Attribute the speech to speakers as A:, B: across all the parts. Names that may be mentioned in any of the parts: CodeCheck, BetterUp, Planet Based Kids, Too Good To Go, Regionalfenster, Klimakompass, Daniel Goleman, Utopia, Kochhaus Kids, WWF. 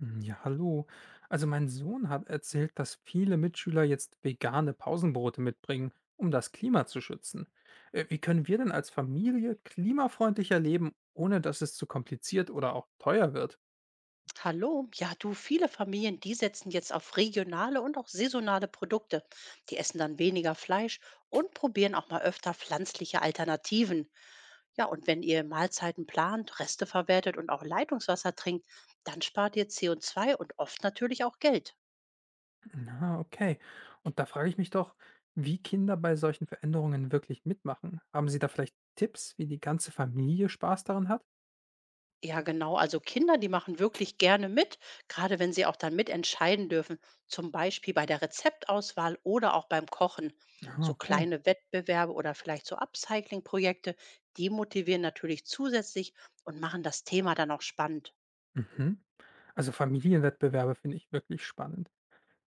A: Hm, ja, hallo. Also mein Sohn hat erzählt, dass viele Mitschüler jetzt vegane Pausenbrote mitbringen, um das Klima zu schützen. Wie können wir denn als Familie klimafreundlicher leben, ohne dass es zu kompliziert oder auch teuer wird?
B: Hallo, ja du, viele Familien, die setzen jetzt auf regionale und auch saisonale Produkte. Die essen dann weniger Fleisch und probieren auch mal öfter pflanzliche Alternativen. Ja, und wenn ihr Mahlzeiten plant, Reste verwertet und auch Leitungswasser trinkt, dann spart ihr CO2 und oft natürlich auch Geld.
A: Na, okay. Und da frage ich mich doch, wie Kinder bei solchen Veränderungen wirklich mitmachen. Haben Sie da vielleicht Tipps, wie die ganze Familie Spaß daran hat?
B: Ja, genau. Also Kinder, die machen wirklich gerne mit, gerade wenn sie auch dann mitentscheiden dürfen, zum Beispiel bei der Rezeptauswahl oder auch beim Kochen.
A: Ah,
B: So
A: okay.
B: kleine Wettbewerbe oder vielleicht so Upcycling-Projekte, die motivieren natürlich zusätzlich und machen das Thema dann auch spannend.
A: Mhm. Also Familienwettbewerbe finde ich wirklich spannend.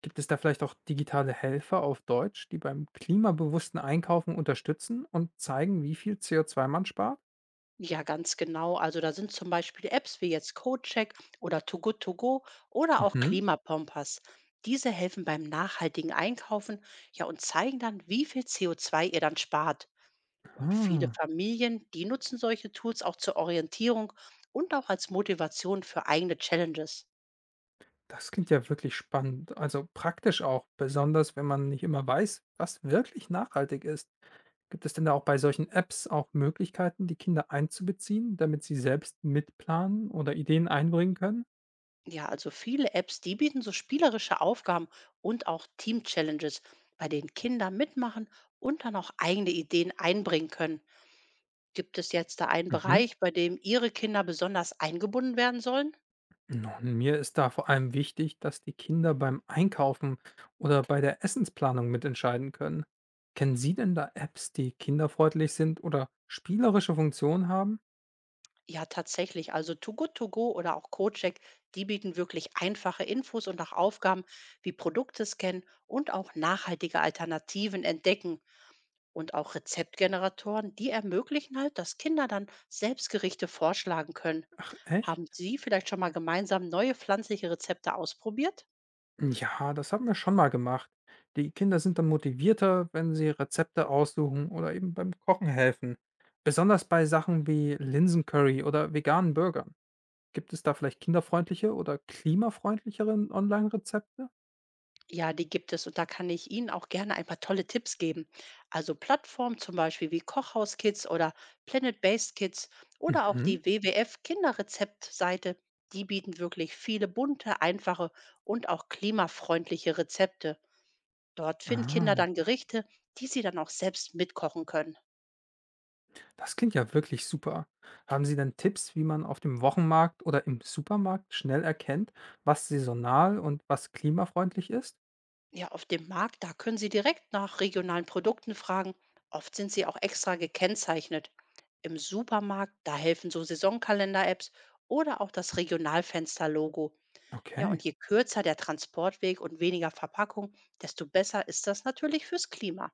A: Gibt es da vielleicht auch digitale Helfer auf Deutsch, die beim klimabewussten Einkaufen unterstützen und zeigen, wie viel CO2 man spart?
B: Ja, ganz genau. Also da sind zum Beispiel Apps wie jetzt CodeCheck oder Too Good To Go oder auch
A: Mhm.
B: Klimakompass. Diese helfen beim nachhaltigen Einkaufen, ja, und zeigen dann, wie viel CO2 ihr dann spart. Und viele
A: Ah,
B: Familien, die nutzen solche Tools auch zur Orientierung und auch als Motivation für eigene Challenges.
A: das klingt ja wirklich spannend. Also praktisch auch, besonders wenn man nicht immer weiß, was wirklich nachhaltig ist. Gibt es denn da auch bei solchen Apps auch Möglichkeiten, die Kinder einzubeziehen, damit sie selbst mitplanen oder Ideen einbringen können?
B: Ja, also viele Apps, die bieten so spielerische Aufgaben und auch Team-Challenges, bei denen Kinder mitmachen und dann auch eigene Ideen einbringen können. Gibt es jetzt da einen
A: Mhm.
B: Bereich, bei dem Ihre Kinder besonders eingebunden werden sollen?
A: Nun, mir ist da vor allem wichtig, dass die Kinder beim Einkaufen oder bei der Essensplanung mitentscheiden können. Kennen Sie denn da Apps, die kinderfreundlich sind oder spielerische Funktionen haben?
B: Ja, tatsächlich. Also Too Good To Go oder auch Cocheck, die bieten wirklich einfache Infos und auch Aufgaben wie Produkte scannen und auch nachhaltige Alternativen entdecken. Und auch Rezeptgeneratoren, die ermöglichen halt, dass Kinder dann selbst Gerichte vorschlagen können.
A: Echt?
B: Haben Sie vielleicht schon mal gemeinsam neue pflanzliche Rezepte ausprobiert?
A: Ja, das haben wir schon mal gemacht. Die Kinder sind dann motivierter, wenn sie Rezepte aussuchen oder eben beim Kochen helfen. Besonders bei Sachen wie Linsencurry oder veganen Burgern. Gibt es da vielleicht kinderfreundliche oder klimafreundlichere Online-Rezepte?
B: Ja, die gibt es, und da kann ich Ihnen auch gerne ein paar tolle Tipps geben. Also Plattformen zum Beispiel wie Kochhaus Kids oder Planet Based Kids oder auch
A: Mhm.
B: die WWF Kinderrezeptseite, die bieten wirklich viele bunte, einfache und auch klimafreundliche Rezepte. Dort finden Kinder
A: Ah.
B: dann Gerichte, die sie dann auch selbst mitkochen können.
A: Das klingt ja wirklich super. Haben Sie denn Tipps, wie man auf dem Wochenmarkt oder im Supermarkt schnell erkennt, was saisonal und was klimafreundlich ist?
B: Ja, auf dem Markt, da können Sie direkt nach regionalen Produkten fragen. Oft sind sie auch extra gekennzeichnet. Im Supermarkt, da helfen so Saisonkalender-Apps oder auch das Regionalfenster-Logo. Ja,
A: Okay.
B: und je kürzer der Transportweg und weniger Verpackung, desto besser ist das natürlich fürs Klima.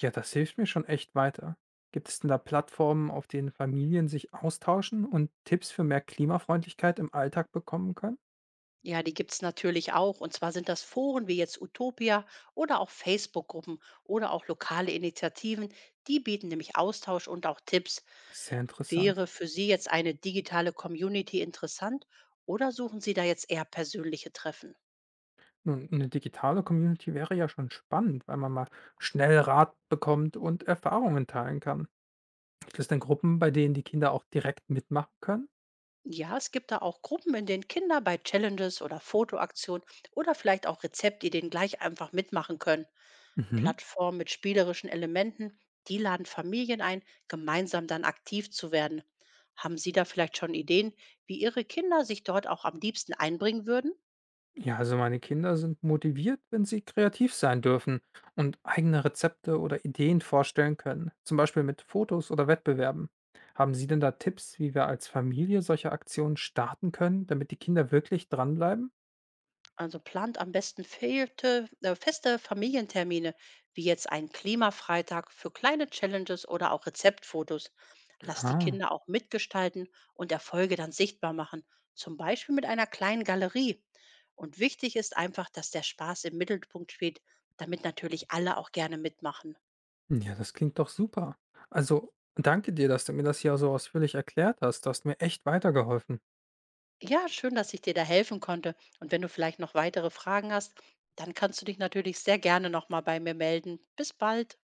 A: Ja, das hilft mir schon echt weiter. Gibt es denn da Plattformen, auf denen Familien sich austauschen und Tipps für mehr Klimafreundlichkeit im Alltag bekommen können?
B: Ja, die gibt es natürlich auch. Und zwar sind das Foren wie jetzt Utopia oder auch Facebook-Gruppen oder auch lokale Initiativen. Die bieten nämlich Austausch und auch Tipps.
A: Sehr
B: Wäre
A: interessant.
B: für Sie jetzt eine digitale Community interessant, oder suchen Sie da jetzt eher persönliche Treffen?
A: Nun, eine digitale Community wäre ja schon spannend, weil man mal schnell Rat bekommt und Erfahrungen teilen kann. Gibt es denn Gruppen, bei denen die Kinder auch direkt mitmachen können?
B: Ja, es gibt da auch Gruppen, in denen Kinder bei Challenges oder Fotoaktionen oder vielleicht auch Rezeptideen gleich einfach mitmachen können.
A: Mhm.
B: Plattformen mit spielerischen Elementen, die laden Familien ein, gemeinsam dann aktiv zu werden. Haben Sie da vielleicht schon Ideen, wie Ihre Kinder sich dort auch am liebsten einbringen würden?
A: Ja, also meine Kinder sind motiviert, wenn sie kreativ sein dürfen und eigene Rezepte oder Ideen vorstellen können, zum Beispiel mit Fotos oder Wettbewerben. Haben Sie denn da Tipps, wie wir als Familie solche Aktionen starten können, damit die Kinder wirklich dranbleiben?
B: Also plant am besten feste Familientermine, wie jetzt einen Klimafreitag für kleine Challenges oder auch Rezeptfotos. Lasst die
A: Ah,
B: Kinder auch mitgestalten und Erfolge dann sichtbar machen, zum Beispiel mit einer kleinen Galerie. Und wichtig ist einfach, dass der Spaß im Mittelpunkt steht, damit natürlich alle auch gerne mitmachen.
A: ja, das klingt doch super. Also danke dir, dass du mir das hier so ausführlich erklärt hast. Du hast mir echt weitergeholfen.
B: Ja, schön, dass ich dir da helfen konnte. Und wenn du vielleicht noch weitere Fragen hast, dann kannst du dich natürlich sehr gerne nochmal bei mir melden. Bis bald.